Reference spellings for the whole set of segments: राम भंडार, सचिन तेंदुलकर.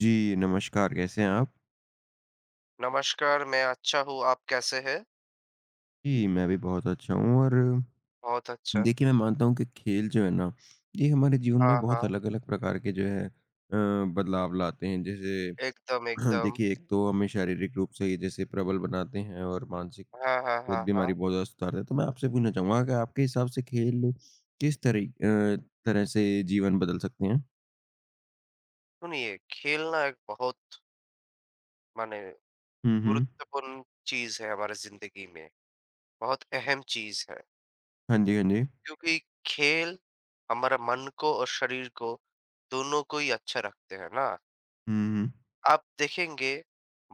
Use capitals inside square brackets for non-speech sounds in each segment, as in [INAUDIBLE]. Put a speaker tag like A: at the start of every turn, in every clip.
A: जी, नमस्कार, कैसे हैं आप?
B: नमस्कार, मैं अच्छा हूँ, आप कैसे हैं?
A: जी, मैं भी बहुत अच्छा हूँ और
B: बहुत अच्छा।
A: देखिए, मैं मानता हूँ कि खेल जो है ना, ये हमारे जीवन में
B: हाँ,
A: बहुत
B: हाँ।
A: अलग-अलग प्रकार के जो है बदलाव लाते हैं। जैसे
B: एकदम,
A: [CLEARS THROAT]
B: एकदम।
A: देखिए, एक तो हमें शारीरिक रूप से ही जैसे प्रबल बनाते हैं और मानसिक
B: हाँ, हाँ,
A: एक
B: हाँ,
A: बीमारी
B: हाँ।
A: बहुत ज़्यादा सुधारते हैं। तो मैं आपसे पूछना चाहूँगा कि आपके हिसाब से खेल किस तरह से जीवन बदल सकते हैं?
B: सुनिए, खेलना एक बहुत माने
A: हुँ, हुँ।
B: गुरुत्वपूर्ण चीज़ है हमारे ज़िंदगी में, बहुत अहम चीज़ है।
A: हाँ जी, हाँ जी।
B: क्योंकि खेल हमारा मन को और शरीर को दोनों को ही अच्छा रखते हैं ना।
A: हुँ, हुँ।
B: आप देखेंगे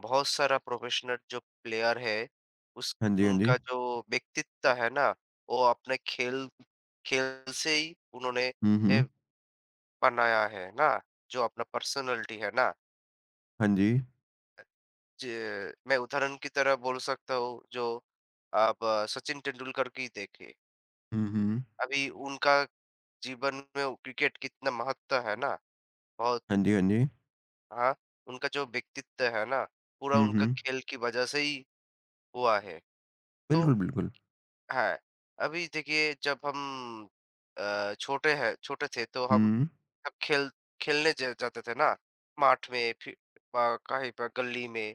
B: बहुत सारा प्रोफेशनल जो प्लेयर है, उस
A: हाँ जी, हाँ जी।
B: उनका जो व्यक्तित्व है ना, वो अपने खेल खेल से ही उन्होंने
A: हुँ,
B: ए
A: हुँ।
B: बनाया है ना, जो अपना पर्सनालिटी है ना।
A: हाँ जी।
B: मैं उदाहरण की तरह बोल सकता हूँ, जो आप सचिन तेंदुलकर की देखिए,
A: हुँ, हुँ।
B: अभी उनका जीवन में वो क्रिकेट कितना महत्व है ना, बहुत।
A: हाँ जी, हाँ जी।
B: हाँ, उनका जो व्यक्तित्व है ना, पूरा
A: हुँ,
B: उनका
A: हुँ।
B: खेल की वजह से ही हुआ है तो,
A: बिल्कुल, बिल्कुल।
B: है। अभी देखिए जब हम छोटे थे, तो हम
A: हुँ।
B: जब खेल खेलने ज जाते थे ना, माठ में, कहीं पर गली में,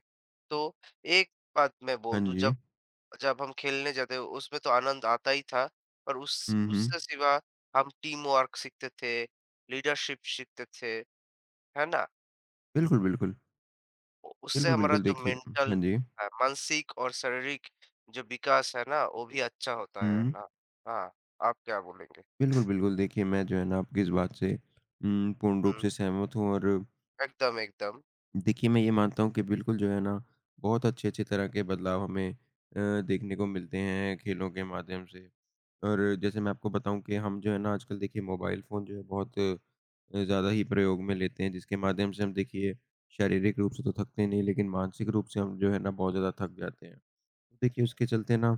B: तो एक बात मैं
A: हाँ
B: बोल दूँ, जब
A: जी।
B: जब हम खेलने जाते उसमें तो आनंद आता ही था, पर उस
A: हुँ, हुँ।
B: उससे सिवा हम टीम वर्क सीखते थे, लीडरशिप सीखते थे, है ना?
A: बिल्कुल, बिल्कुल।
B: उससे
A: बिल्कुल,
B: हमारा
A: बिल्कुल
B: जो
A: देखिए
B: मेंटल,
A: हाँ जी।
B: मानसिक और शारीरिक जो विकास है ना, वो भी अच्छा होता है
A: हुँ।
B: ना। हाँ, आप क्या बोलेंगे?
A: बिल्कुल, बिल्कुल देखिए मैं जो है ना आपकी इस बात से पूर्ण रूप
B: हुँ,
A: से सहमत हूँ और
B: एकदम, एकदम,
A: देखिए मैं ये मानता हूँ कि बिल्कुल जो है ना बहुत अच्छे-अच्छे तरह के बदलाव हमें देखने को मिलते हैं खेलों के माध्यम से। और जैसे मैं आपको बताऊँ कि हम जो है ना आजकल देखिए मोबाइल फ़ोन जो है बहुत ज़्यादा ही प्रयोग में लेते हैं जिसके माध्यम से हम देखिए शारीरिक रूप से तो थकते नहीं लेकिन मानसिक रूप से हम जो है ना बहुत ज़्यादा थक जाते हैं। देखिए, उसके चलते ना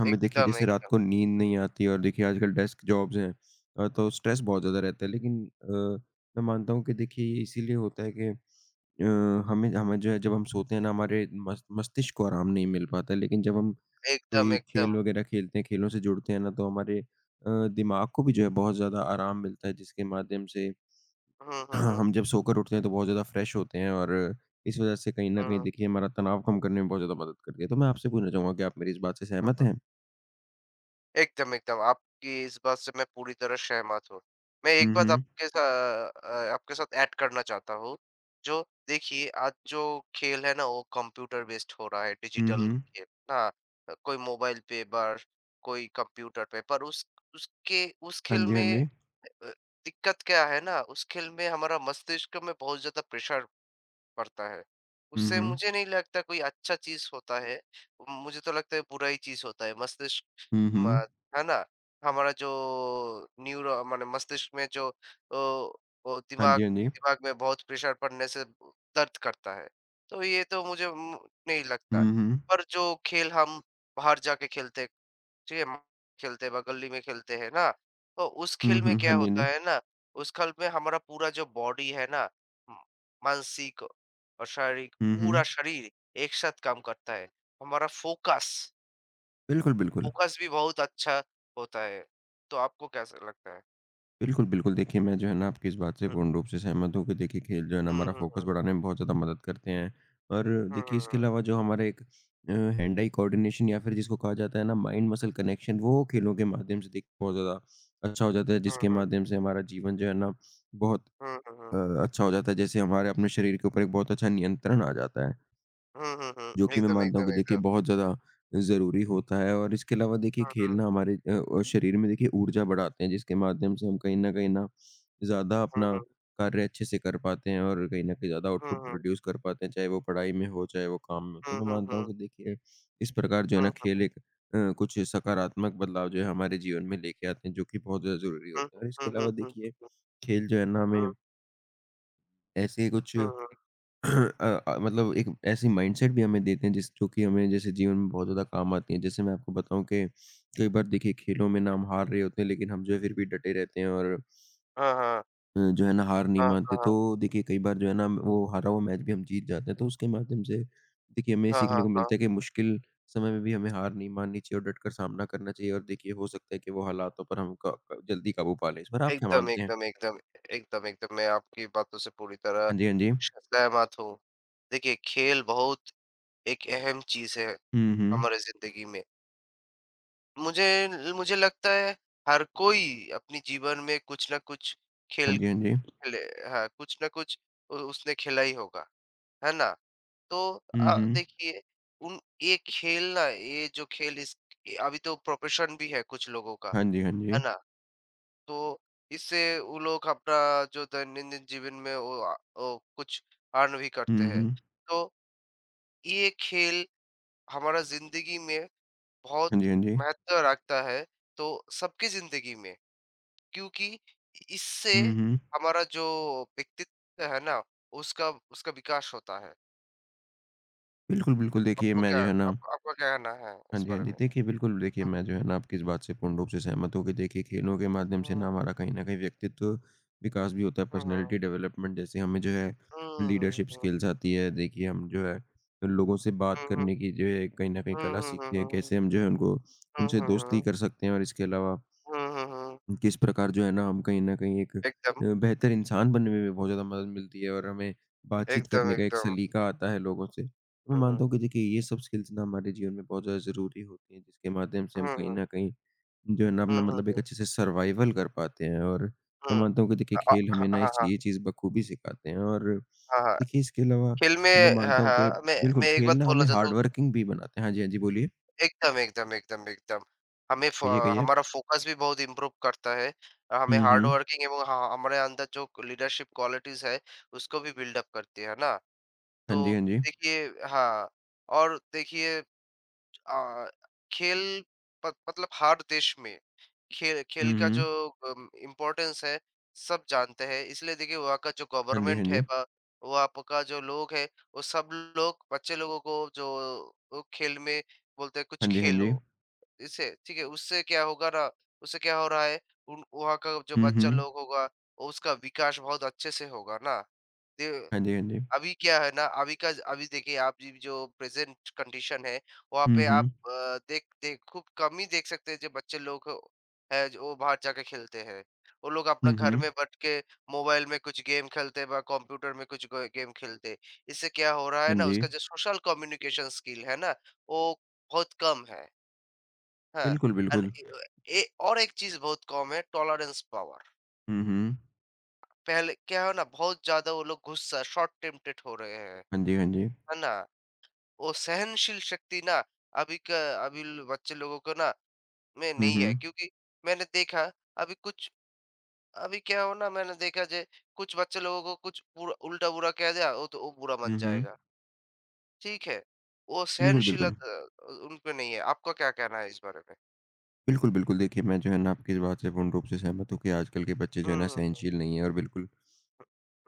A: हमें देखिए
B: एकदम,
A: जैसे रात
B: एकदम,
A: को नींद नहीं आती और देखिए आजकल डेस्क जॉब्स हैं तो स्ट्रेस बहुत ज़्यादा रहता है। लेकिन मैं मानता हूँ कि देखिए ये इसीलिए होता है कि अ, हमें हमें जो है जब हम सोते हैं ना हमारे मस मस्तिष्क को आराम नहीं मिल पाता है। लेकिन जब हम
B: एकदम,
A: कोई
B: एकदम।
A: खेल वग़ैरह खेलते हैं, खेलों से जुड़ते हैं ना तो हमारे दिमाग को भी जो है बहुत ज़्यादा आराम मिलता है जिसके माध्यम से
B: हुँ, हुँ,
A: हाँ,
B: हुँ,
A: हम जब सोकर उठते हैं तो बहुत ज़्यादा फ्रेश होते हैं और इस वज़ह से कहीं न कहीं
B: हुँ।
A: देखिए हमारा तनाव कम करने में बहुत ज़्यादा मदद करती है। तो मैं आपसे पूछना चाहूँगा कि आप मेरी इस बात से
B: हुँ,
A: सहमत
B: हुँ।
A: हैं?
B: एकदम, एकदम, आपकी इस बात से मैं पूरी तरह सहमत हूँ। मैं एक
A: हुँ,
B: बात
A: हुँ।
B: आपके साथ ऐड करना चाहता हूँ, जो देखिए, आज जो खेल है ना वो कंप्यूटर बेस्ड हो रहा है,
A: हुँ,
B: डिजिटल
A: हुँ।
B: खेल ना? कोई मोबाइल पे बस, कोई कंप्यूटर पे, पर उस
A: हाँ
B: खेल
A: जी, हाँ
B: में
A: जी।
B: अ, दिक्कत क्या है ना, उस खेल में हमारा मस्तिष्क में बहुत ज़्यादा प्रेशर पड़ता है।
A: हुँ,
B: उससे
A: हुँ।
B: मुझे नहीं लगता कोई अच्छा चीज़ होता है, मुझे तो लगता है बुरा ही चीज़ होता है। मस्तिष्क,
A: हुँ,
B: म
A: हुँ।
B: है ना? हमारा जो न्यूरो माने मस्तिष्क में जो, वो
A: हाँ
B: दिमाग
A: जी, हाँ जी।
B: दिमाग में बहुत प्रेशर पड़ने से दर्द करता है। तो ये तो मुझे नहीं लगता।
A: हुँ, हुँ।
B: पर जो खेल हम बाहर जाके खेलते हैं, ठीक है, खेलते हैं, गली में खेलते हैं ना, तो उस
A: हुँ,
B: खेल में
A: हुँ। हाँ
B: क्या
A: जी, हाँ जी।
B: होता है ना, उस खेल में हमारा पूरा जो बॉडी है ना, म- मानसिक और शारीरिक,
A: हुँ,
B: पूरा
A: हुँ।
B: शरीर एक साथ काम करता है। हमारा फोकस
A: बिल्कुल, बिल्कुल।
B: फोकस भी बहुत अच्छा होता है। तो आपको कैसा लगता है?
A: बिल्कुल, बिल्कुल देखिए मैं जो है ना आपकी इस बात से
B: हुँ,
A: पूर्ण रूप से सहमत हूँ कि देखिए खेल जो है ना
B: हुँ,
A: हमारा
B: हुँ,
A: फ़ोकस
B: हुँ।
A: बढ़ाने में बहुत ज़्यादा मदद करते हैं। और
B: हुँ,
A: देखिए
B: हुँ,
A: इसके
B: हुँ।
A: अलावा जो हमारा एक हैंड आई कोऑर्डिनेशन या फिर जिसको कहा जाता है ना माइंड मसल कनेक्शन वो खेलों के माध्यम से देखिए बहुत ज़्यादा अच्छा हो जाता है
B: हुँ,
A: जिसके
B: हुँ।
A: माध्यम से हमारा जीवन जो है ना बहुत
B: हुँ, हुँ,
A: अ,
B: हुँ।
A: अच्छा हो जाता है। जैसे हमारे अपने शरीर के ऊपर एक बहुत अच्छा नियंत्रण आ जाता है।
B: हुँ, हुँ,
A: जो
B: हुँ।
A: कि मैं
B: एकदम,
A: मानता हूँ
B: एकदम,
A: कि देखिए
B: एकदम।
A: बहुत ज़्यादा ज़रूरी होता है और इसके अलावा देखिए
B: हुँ,
A: खेलना
B: हुँ।
A: हमारे शरीर में देखिए ऊर्जा बढ़ाते हैं जिसके माध्यम से हम कहीं न कहीं ना ज़्यादा
B: हुँ,
A: अपना
B: हुँ।
A: कार्य अच्छे से कर पाते हैं और कहीं न कहीं ज़्यादा
B: हुँ,
A: आउटपुट
B: हुँ।
A: प्रोड्यूस कर पाते हैं, चाहे वो पढ़ाई में हो, चाहे वो काम में हो।
B: हुँ,
A: तो मैं
B: हुँ,
A: मानता हूँ
B: हुँ।
A: कि देखिए इस प्रकार जो है
B: हुँ,
A: ना
B: हुँ।
A: खेल एक कुछ सकारात्मक बदलाव जो है हमारे जीवन में लेके आते हैं जो कि बहुत ज़्यादा ज़रूरी
B: हुँ,
A: होता है
B: हुँ।
A: और
B: हुँ,
A: इसके
B: हुँ,
A: अलावा
B: हुँ।
A: देखिए खेल जो है ना हमें
B: हुँ,
A: ऐसे कुछ
B: हुँ, हुँ।
A: [CLEARS THROAT] मतलब एक ऐसी माइंडसेट भी हमें देते हैं जिस जो कि हमें जैसे जीवन में बहुत ज़्यादा काम आती है। जैसे मैं आपको बताऊँ कि कई बार देखिए खेलों में ना हम हार रहे होते हैं लेकिन हम जो है फिर भी डटे रहते हैं और
B: हाँ, हाँ।
A: जो है ना हार नहीं
B: हाँ,
A: मानते।
B: हाँ।
A: तो देखिए कई बार जो है ना हम वो हारा हुआ मैच भी हम जीत जाते हैं। तो उसके माध्यम से देखिए हमें
B: हाँ,
A: सीखने
B: हाँ,
A: को
B: हाँ।
A: मिलता है कि मुश्किल समय में भी हमें हार नहीं माननी चाहिए और डट कर सामना करना चाहिए और देखिए हो सकता है कि वो हालातों पर हम क क जल्दी काबू पा लें। इस पर आप क्या
B: एकदम,
A: मानते हैं?
B: एकदम, एकदम, एकदम, एकदम, मैं आपकी बातों से पूरी तरह
A: हाँ जी, हाँ जी।
B: श सहमत हूँ। देखिए, खेल बहुत एक अहम चीज़ है
A: हुँ, हुँ।
B: हमारे ज़िंदगी में। मुझे मुझे लगता है हर कोई अपने जीवन में कुछ न कुछ खेल
A: हाँ जी, हाँ जी।
B: खेले। हाँ, कुछ न कुछ उ उसने खेला ही होगा, है ना? तो
A: हुँ, हुँ।
B: देखिए, उन ये खेल ना, ये जो खेल इस ये अभी तो प्रोफ़ेशन भी है कुछ लोगों का,
A: हाँ जी, हाँ जी।
B: है ना? तो इससे वो लोग अपना जो दैनंदिन जीवन में वो, आ ओ कुछ अर्न भी करते
A: हुँ,
B: हैं।
A: हुँ।
B: तो ये खेल हमारा ज़िंदगी में बहुत
A: हाँ जी, हाँ जी।
B: महत्व रखता है, तो सबकी ज़िंदगी में, क्योंकि इससे
A: हुँ, हुँ।
B: हमारा जो व्यक्तित्व है ना, उसका उसका विकास होता है।
A: बिल्कुल, बिल्कुल देखिए
B: आपको
A: मैं
B: क्या
A: जो है ना
B: आप आपका क्या कहना है
A: हाँ
B: इस
A: जी, हाँ
B: बारे
A: जी।
B: में?
A: देखिए बिल्कुल देखिए
B: हुँ,
A: मैं जो है ना आपकी इस बात से पूर्ण रूप से सहमत हूँ कि देखिए खेलों के माध्यम से ना
B: हुँ,
A: हमारा कहीं न कहीं व्यक्तित्व विकास भी होता है,
B: हुँ, हुँ।
A: पर्सनैलिटी डेवलपमेंट जैसे हमें जो है
B: हुँ, हुँ,
A: लीडरशिप
B: हुँ,
A: स्किल्स आती है। देखिए हम जो है लोगों से बात
B: हुँ,
A: करने की जो है कहीं न कहीं
B: हुँ,
A: कला
B: हुँ,
A: सीखते
B: हुँ,
A: हैं,
B: हुँ,
A: कैसे हम जो है उनको
B: हुँ,
A: उनसे
B: हुँ, हुँ,
A: दोस्ती
B: हुँ,
A: कर सकते हैं और इसके अलावा
B: हुँ, हुँ, हुँ,
A: किस प्रकार जो है ना हम कहीं न कहीं एक
B: एकदम।
A: बेहतर इंसान बनने में भी बहुत ज़्यादा मदद मिलती है और हमें बातचीत
B: एकदम,
A: करने का एक
B: एकदम।
A: सलीका आता है लोगों से। तो मैं
B: हुँ,
A: मानता
B: हुँ।
A: हूँ कि देखिए ये सब स्किल्स ना हमारे जीवन में बहुत ज़्यादा ज़रूरी होती हैं जिसके माध्यम से हम
B: हुँ,
A: कहीं
B: हुँ।
A: न कहीं जो है ना
B: हुँ,
A: अपना
B: हुँ,
A: मतलब एक
B: हुँ,
A: अच्छे से सर्वाइवल कर पाते हैं और
B: हुँ।
A: मैं मानता हूँ कि देखिए खेल
B: हाँ,
A: हमें ना
B: हाँ,
A: इस
B: हाँ,
A: ये चीज़ बखूबी सिखाते हैं और
B: हाँ, हाँ।
A: देखिए इसके अलावा मैं
B: फ़िल्में हाँ,
A: मानता हूँ कि
B: हाँ, मैं
A: बिल्कुल
B: मैं एक
A: खेल
B: बात
A: ना
B: बोलना
A: हमें
B: चाहता हूँ।
A: हार्ड वर्किंग भी बनाते हैं। हाँ जी, हाँ जी बोलिए।
B: एकदम, एकदम, एकदम, एकदम। हमें फ़
A: कहिए, कहिए आप।
B: हमारा फ़ोकस भी बहुत इम्प्रूव करता है। हमें
A: हुँ,
B: हार्ड
A: हुँ।
B: वर्किंग एवं ह हमारे अंदर जो लीडरशिप क्वालिटीज़ है, उसको भी बिल्ड अप करती है ना?
A: हाँ जी,
B: तो
A: हाँ जी।
B: देखिए, हाँ, और देखिए अ, खेल, प मतलब हर देश में खेल खेल
A: हुँ,
B: का जो
A: हुँ।
B: इम्पोर्टेंस है, सब जानते हैं, इसलिए देखिए वहाँ का जो
A: हाँ जी, हाँ
B: गवर्नमेंट है,
A: जी।
B: बा वहाँ प का जो लोग है, वो सब लोग बच्चे लोगों को जो, वो खेल में बोलते हैं कुछ
A: हाँ जी, हाँ
B: खेलो
A: जी।
B: इससे, ठीक है, उससे क्या होगा ना, उससे क्या हो रहा है, उन वहाँ का जो
A: हुँ,
B: बच्चा
A: हुँ।
B: लोग होगा, वो उसका विकास बहुत अच्छे से होगा ना।
A: हाँ जी, हाँ जी।
B: अभी क्या है ना, अभी का अभी देखिए, आप जी जो प्रेजेंट कंडीशन है, वहाँ
A: हुँ,
B: पे आप
A: हुँ।
B: देख देख खूब कम ही देख सकते हैं जो बच्चे लोग, है जो, वो बाहर जाके खेलते हैं। वो लोग अपना
A: हुँ,
B: घर में
A: हुँ।
B: बैठ के मोबाइल में कुछ गेम खेलते हैं, कंप्यूटर में कुछ गेम खेलते हैं, इससे क्या हो रहा है
A: हाँ
B: ना,
A: जी।
B: उसका जो सोशल कम्युनिकेशन स्किल है ना, वो बहुत कम है। हाँ,
A: बिल्कुल,
B: and
A: बिल्कुल।
B: ए, और एक चीज बहुत कम है, टॉलरेंस पावर।
A: हुँ, हुँ।
B: पहले क्या है ना, बहुत ज्यादा वो लोग गुस्सा शॉर्ट टेम्पटेड हो रहे हैं,
A: हाँ जी, हाँ जी।
B: है ना? वो सहनशील शक्ति ना, अभी का अभी बच्चे लोगों को ना, में
A: हुँ,
B: नहीं है,
A: हुँ।
B: क्योंकि मैंने देखा अभी कुछ, अभी क्या हो ना, मैंने देखा जे कुछ बच्चे लोगों को कुछ बुरा, उल्टा बुरा कह दिया वो तो, वो बुरा
A: हुँ,
B: मन
A: हुँ।
B: जाएगा। ठीक है, वो
A: बिल्कुल, बिल्कुल।
B: सहनशीलता उनपे नहीं है। आपका क्या कहना है इस बारे में?
A: बिल्कुल, बिल्कुल देखिए मैं जो है ना आपकी इस बात से पूर्ण रूप से सहमत हूँ कि आजकल के बच्चे जो है ना
B: हम्म,
A: सहनशील नहीं है और बिल्कुल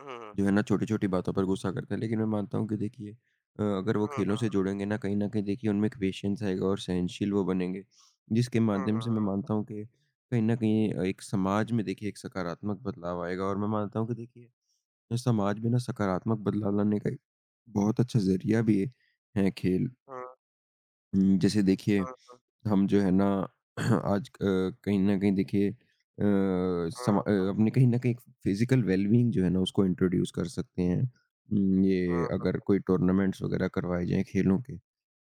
B: हम्म,
A: जो है ना छोटी-छोटी बातों पर गुस्सा करते हैं। लेकिन मैं मानता हूँ कि देखिए अगर वो खेलों से
B: हम्म,
A: जुड़ेंगे ना कहीं न कहीं देखिए उनमें एक पेशेंस आएगा और सहनशील वो बनेंगे, जिसके माध्यम
B: हम्म,
A: से मैं मानता हूँ कि कहीं न कहीं एक समाज में देखिए एक सकारात्मक बदलाव आएगा और मैं मानता हूँ कि देखिए ये समाज में ना सकारात्मक बदलाव लाने का एक बहुत अच्छा ज़रिया भी है खेल।
B: हम्म,
A: जैसे देखिए
B: हम्म, हम्म, हम्म,
A: हम जो है ना [CLEARS THROAT] आज कहीं न कहीं देखिए
B: हम्म, हम्म,
A: अपने कहीं न कहीं फिज़िकल वेल-बीइंग जो है ना उसको इंट्रोड्यूस कर सकते हैं।
B: हम्म, हम्म,
A: ये
B: हम्म, हम्म,
A: अगर कोई टूर्नामेंट्स वग़ैरह करवाए जाएँ खेलों के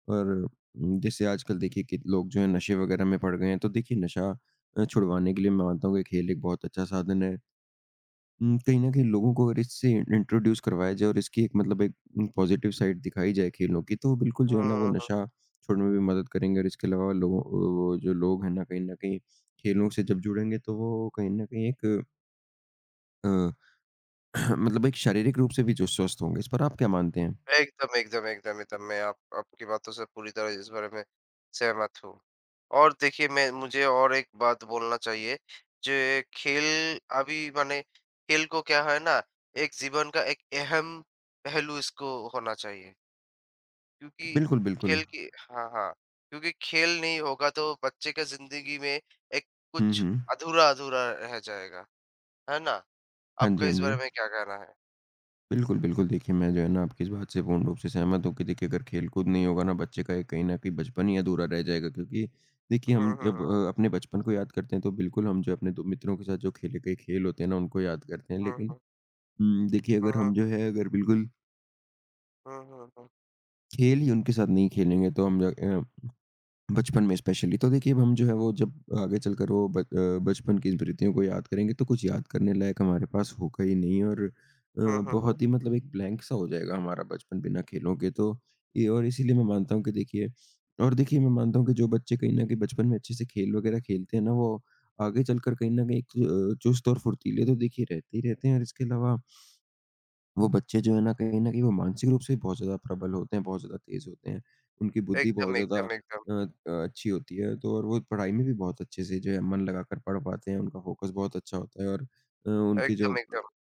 A: और जैसे आजकल देखिए कि लोग जो है नशे वग़ैरह में पड़ गए हैं तो देखिए नशा छुड़वाने के लिए मैं मानता हूँ कि खेल एक बहुत अच्छा साधन है। कहीं न कहीं लोगों को अगर इससे इंट्रोड्यूस करवाया जाए और इसकी एक मतलब एक पॉज़िटिव साइड दिखाई जाए खेलों की, तो बिल्कुल जो
B: हम्म,
A: है ना वो
B: हम्म।
A: नशा छोड़ने में भी मदद करेंगे और इसके अलावा लोगों वो जो लोग हैं ना, कहीं न कहीं खेलों से जब जुड़ेंगे तो वो कहीं न कहीं एक अ, [CLEARS THROAT] मतलब एक शारीरिक रूप से भी जो स्वस्थ होंगे। इस पर आप क्या मानते हैं?
B: एकदम, एकदम, एकदम, एकदम। मैं आप आपकी बातों से पूरी तरह इस बारे में सहमत हूँ। और देखिए, मैं मुझे और एक बात बोलना चाहिए, जे खेल अभी माने, खेल को क्या है ना, एक जीवन का एक अहम पहलू इसको होना चाहिए। क्योंकि
A: बिल्कुल, बिल्कुल।
B: खेल की हाँ, हाँ। क्योंकि खेल नहीं होगा तो बच्चे का ज़िंदगी में एक
A: हुँ,
B: कुछ
A: हुँ।
B: अधूरा-अधूरा रह जाएगा, है ना?
A: हाँ जी,
B: आपका
A: हाँ
B: इस
A: जी।
B: बारे में क्या कहना है?
A: बिल्कुल, बिल्कुल। देखिए, मैं जो है ना आपकी इस बात से पूर्ण रूप से सहमत हूँ कि देखिए अगर खेलकूद नहीं होगा ना बच्चे का एक कहीं न कहीं बचपन ही अधूरा रह जाएगा क्योंकि देखिए
B: हुँ,
A: हम
B: हुँ,
A: जब
B: हुँ।
A: अपने बचपन को याद करते हैं तो बिल्कुल हम जो अपने दो मित्रों के साथ जो खेले गए खेल होते हैं ना उनको याद करते हैं।
B: हुँ,
A: लेकिन
B: हुँ।
A: देखिए अगर
B: हुँ,
A: हम जो है अगर बिल्कुल
B: हुँ, हुँ, हुँ,
A: खेल ही उनके साथ नहीं खेलेंगे तो हम जो अ बचपन में स्पेशली तो देखिए अब हम जो है वो जब आगे चलकर वो बचपन की स्मृतियों को याद करेंगे तो कुछ याद करने लायक हमारे पास होगा ही नहीं और
B: हुँ, हुँ, हुँ।
A: बहुत ही मतलब एक ब्लैंक सा हो जाएगा हमारा बचपन बिना खेलों के तो ये और इसीलिए मैं मानता हूँ कि देखिए और देखिए मैं मानता हूँ कि जो बच्चे कहीं न कहीं बचपन में अच्छे से खेल वगैरह खेलते हैं ना वो आगे चलकर कहीं न कहीं एक चुस्त और फुर्तीले तो देखिए रहते ही रहते हैं और इसके अलावा वो बच्चे जो है ना कहीं न कहीं वो मानसिक रूप से बहुत ज़्यादा प्रबल होते हैं, बहुत ज़्यादा तेज़ होते हैं। उनकी बुद्धि
B: एकदम,
A: बहुत ज़्यादा
B: एकदम, एकदम।
A: अच्छी होती है तो और वो पढ़ाई में भी बहुत अच्छे से जो है मन लगाकर पढ़ पाते हैं, उनका फ़ोकस बहुत अच्छा होता है और उनके जो
B: एकदम, एकदम।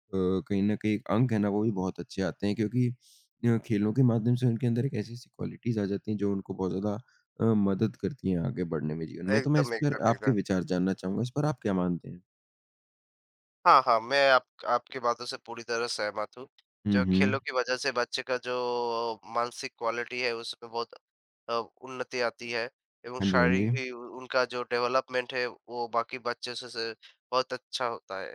A: कहीं न कहीं अंक है ना वो भी बहुत अच्छे आते हैं क्योंकि खेलों के माध्यम से उनके अंदर एक ऐसी-ऐसी क्वालिटीज़ आ जाती हैं जो उनको बहुत ज़्यादा मदद करती हैं आगे बढ़ने में जीवन में। तो मैं इस
B: एकदम,
A: पर
B: एकदम,
A: आपके
B: एकदम।
A: विचार जानना चाहूँगा, इस पर आप क्या मानते हैं?
B: हाँ, हाँ, मैं आप आपकी बातों से पूरी तरह सहमत हूँ। जो
A: हुँ,
B: खेलों
A: हुँ।
B: की वजह से बच्चे का जो मानसिक क्वालिटी है उसमें बहुत अ, उन्नति आती है, एवं
A: हाँ जी, हाँ जी।
B: शारीरिक भी उ उनका जो डेवलपमेंट है वो बाकी बच्चों से बहुत अच्छा होता है।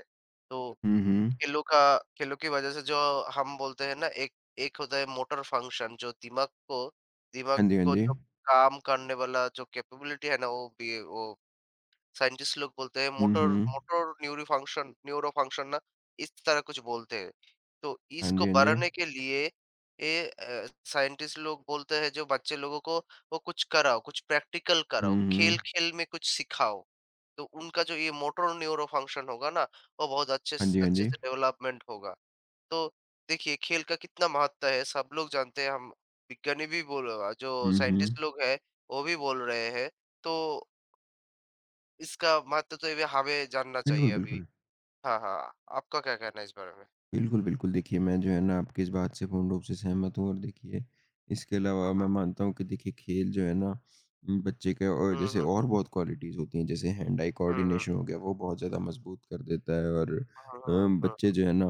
B: तो
A: हुँ, हुँ।
B: खेलों का खेलों की वजह से जो हम बोलते हैं ना, एक एक होता है मोटर फंक्शन, जो दिमाग को दिमाग
A: हाँ जी, हाँ
B: को
A: जी।
B: जो काम करने वाला जो कैपेबिलिटी है ना वो भी, वो साइंटिस्ट लोग बोलते हैं
A: हुँ,
B: motor
A: hmm.
B: Motor neuro function, ना, इस तरह कुछ बोलते हैं। तो
A: हाँ
B: इसको
A: जी, हाँ जी।
B: बढ़ाने के लिए ये साइंटिस्ट लोग बोलते हैं जो बच्चे लोगों को वो कुछ कराओ, कुछ प्रैक्टिकल कराओ,
A: हुँ,
B: खेल
A: हुँ।
B: खेल में कुछ सिखाओ, तो उनका जो ये मोटर न्यूरो फंक्शन होगा ना, वो बहुत
A: हाँ जी, हाँ
B: अच्छे
A: जी।
B: से डेवलपमेंट होगा। तो देखिए खेल का कितना महत्व है, सब लोग जानते हैं, हम विज्ञानी भी बोल जो
A: हुँ, हुँ।
B: साइंटिस्ट लोग हैं वो भी बोल रहे हैं। तो इसका महत्व तो ये हमें जानना चाहिए
A: बिल्कुल,
B: अभी।
A: बिल्कुल।
B: हाँ, हाँ, आपका क्या कहना है इस बारे में?
A: बिल्कुल, बिल्कुल। देखिए, मैं जो है ना आपकी इस बात से पूर्ण रूप से सहमत हूँ और देखिए, इसके अलावा
B: हुँ, हुँ।
A: मैं मानता हूँ कि देखिए खेल जो है ना बच्चे के और
B: हुँ,
A: जैसे
B: हुँ।
A: और बहुत क्वालिटीज़ होती हैं, जैसे हैंड-आई
B: हुँ, हुँ।
A: कोऑर्डिनेशन हो गया, वो बहुत ज़्यादा मज़बूत कर देता है और
B: हुँ,
A: अ,
B: हुँ, हुँ।
A: बच्चे जो है ना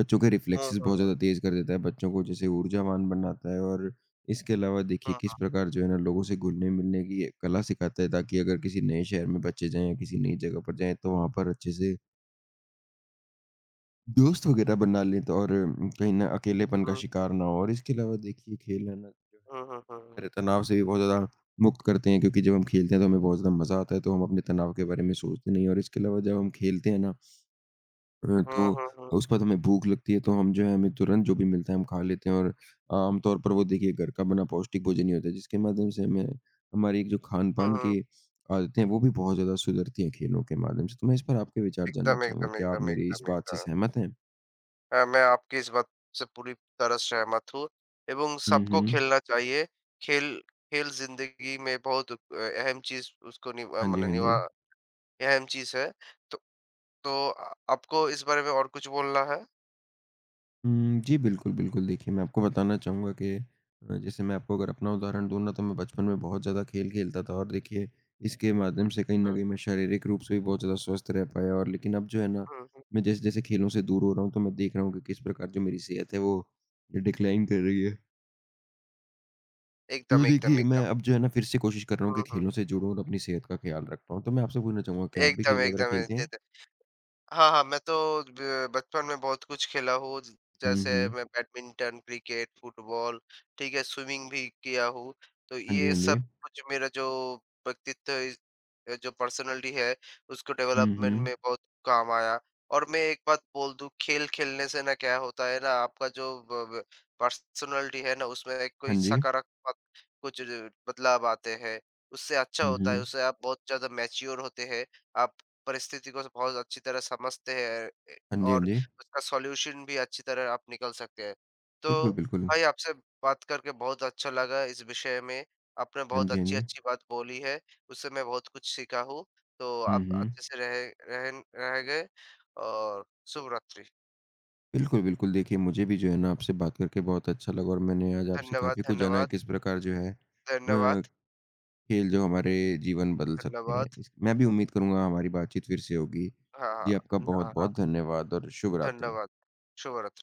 A: बच्चों के
B: हुँ,
A: रिफ्लेक्सेस
B: हुँ,
A: बहुत
B: हुँ।
A: ज़्यादा तेज़ कर देता है, बच्चों को जैसे ऊर्जावान बनाता है और इसके अलावा देखिए
B: हुँ,
A: किस प्रकार जो है ना लोगों से घुलने-मिलने की एक कला सिखाता है ताकि अगर किसी नए शहर में बच्चे जाएँ या किसी नई जगह पर जाएँ, तो वहाँ पर अच्छे से दोस्त वगैरह बना लें तो और कहीं न अकेलेपन का
B: हुँ।
A: शिकार ना हो और इसके अलावा देखिए खेल है ना जो
B: हुँ, हुँ, हुँ, हुँ।
A: है तनाव से भी बहुत ज़्यादा मुक्त करते हैं क्योंकि जब हम खेलते हैं तो हमें बहुत ज़्यादा मज़ा आता है तो हम अपने तनाव के बारे में सोचते नहीं हैं और इसके अलावा जब हम खेलते हैं ना
B: हुँ,
A: तो
B: हुँ, हुँ।
A: उसके बाद हमें भूख लगती है तो हम जो है हमें तुरंत जो भी मिलता है हम खा लेते हैं और आम तौर पर वो देखिए घर का बना पौष्टिक भोजन ही होता है जिसके माध्यम से हमें हमारी एक जो
B: हुँ,
A: खान-पान
B: हुँ।
A: की आदतें हैं वो भी बहुत ज़्यादा सुधरती हैं खेलों के माध्यम से। तो मैं इस पर आपके विचार जानना
B: एकदम,
A: चाहूँगा,
B: एकदम,
A: क्या आप
B: एकदम,
A: मेरी इस
B: एकदम,
A: बात से
B: एकदम।
A: सहमत हैं?
B: हाँ, मैं आपकी इस बात से पूरी तरह सहमत हूँ एवं
A: हुँ,
B: सबको
A: हुँ।
B: खेलना चाहिए। खेल खेल ज़िंदगी में बहुत अहम चीज़, उसको नि अ,
A: हाँ जी,
B: माने
A: हाँ
B: निभा
A: जी।
B: अहम चीज़ है। तो आपको इस बारे में और कुछ बोलना है?
A: जी, बिल्कुल, बिल्कुल। देखिए, मैं आपको बताना चाहूँगा कि जैसे मैं आपको अगर अपना उदाहरण दूँ ना, तो मैं बचपन में बहुत ज़्यादा खेल खेलता था और देखिए, इसके माध्यम से कहीं न
B: हुँ,
A: कहीं मैं शारीरिक रूप से भी बहुत ज़्यादा स्वस्थ रह पाया और लेकिन अब जो है ना,
B: हुँ, हुँ।
A: मैं जैसे-जैसे खेलों से दूर हो रहा हूँ, तो मैं देख रहा हूँ कि किस प्रकार जो मेरी सेहत है, वो डिक्लाइन कर रही है। तो
B: एकदम, एकदम,
A: देखिए, मैं
B: एकदम।
A: अब जो है ना, फिर से कोशिश कर रहा हूँ
B: হুম,
A: कि
B: হুম।
A: खेलों से जुड़ूँ और अपनी सेहत का ख्याल रख पाऊँ। तो मैं आपसे पूछना चाहूँगा, क्या आप भी
B: একদম,
A: खेल वगैरह
B: একদম। এ
A: खेलते हैं?
B: যেতে हाँ, हाँ, मैं तो ब बचपन में बहुत कुछ खेला हूँ, ज
A: हुँ,
B: जैसे
A: हुँ।
B: मैं बैडमिंटन, क्रिकेट, फुटबॉल, ठीक है, स्विमिंग भी किया हूँ। तो
A: हाँ जी,
B: ये
A: हाँ जी।
B: सब कुछ मेरा जो व्यक्तित्व है, जो पर्सनैलिटी है, उसको
A: हुँ,
B: डेवलपमेंट
A: हुँ।
B: में बहुत काम आया। और मैं एक बात बोल दूँ, खेल खेलने से ना क्या होता है ना, आपका जो ब ब पर्सनैलिटी है ना, उसमें एक
A: हाँ
B: कोई
A: जी।
B: सकारात्मक कुछ र बदलाव आते हैं। उससे अच्छा
A: हुँ,
B: होता है,
A: हुँ।
B: उससे आप बहुत ज़्यादा मैच्योर होते हैं, आप परिस्थिति को बहुत अच्छी तरह समझते हैं,
A: हाँ जी, हाँ
B: और
A: जी।
B: उसका सॉल्यूशन भी अच्छी तरह आप निकल सकते हैं। तो
A: बिल्कुल, बिल्कुल।
B: भाई, आपसे बात करके बहुत अच्छा लगा इस विषय में। आपने
A: हाँ
B: बहुत
A: जी, हाँ जी।
B: अच्छी-अच्छी बात बोली है, उससे मैं बहुत कुछ सीखा हूँ। तो
A: हुँ,
B: आप
A: हुँ।
B: अच्छे से रहे रहेन रह गए, और शुभ रात्रि।
A: बिल्कुल, बिल्कुल देखिए मुझे भी जो है ना आपसे बात करके बहुत अच्छा लगा और मैंने आज आपसे
B: धन्यवाद,
A: काफ़ी कुछ जाना है
B: धन्यवाद,
A: किस प्रकार जो है
B: धन्यवाद,
A: खेल जो हमारे जीवन बदल सकते हैं।
B: धन्यवाद।
A: इस मैं भी उम्मीद करूँगा हमारी बातचीत फिर से होगी।
B: हाँ,
A: जी,
B: हाँ,
A: आपका
B: हाँ, हाँ।
A: बहुत-बहुत धन्यवाद और शुभ रात्रि।
B: धन्यवाद। शुभ रात्रि।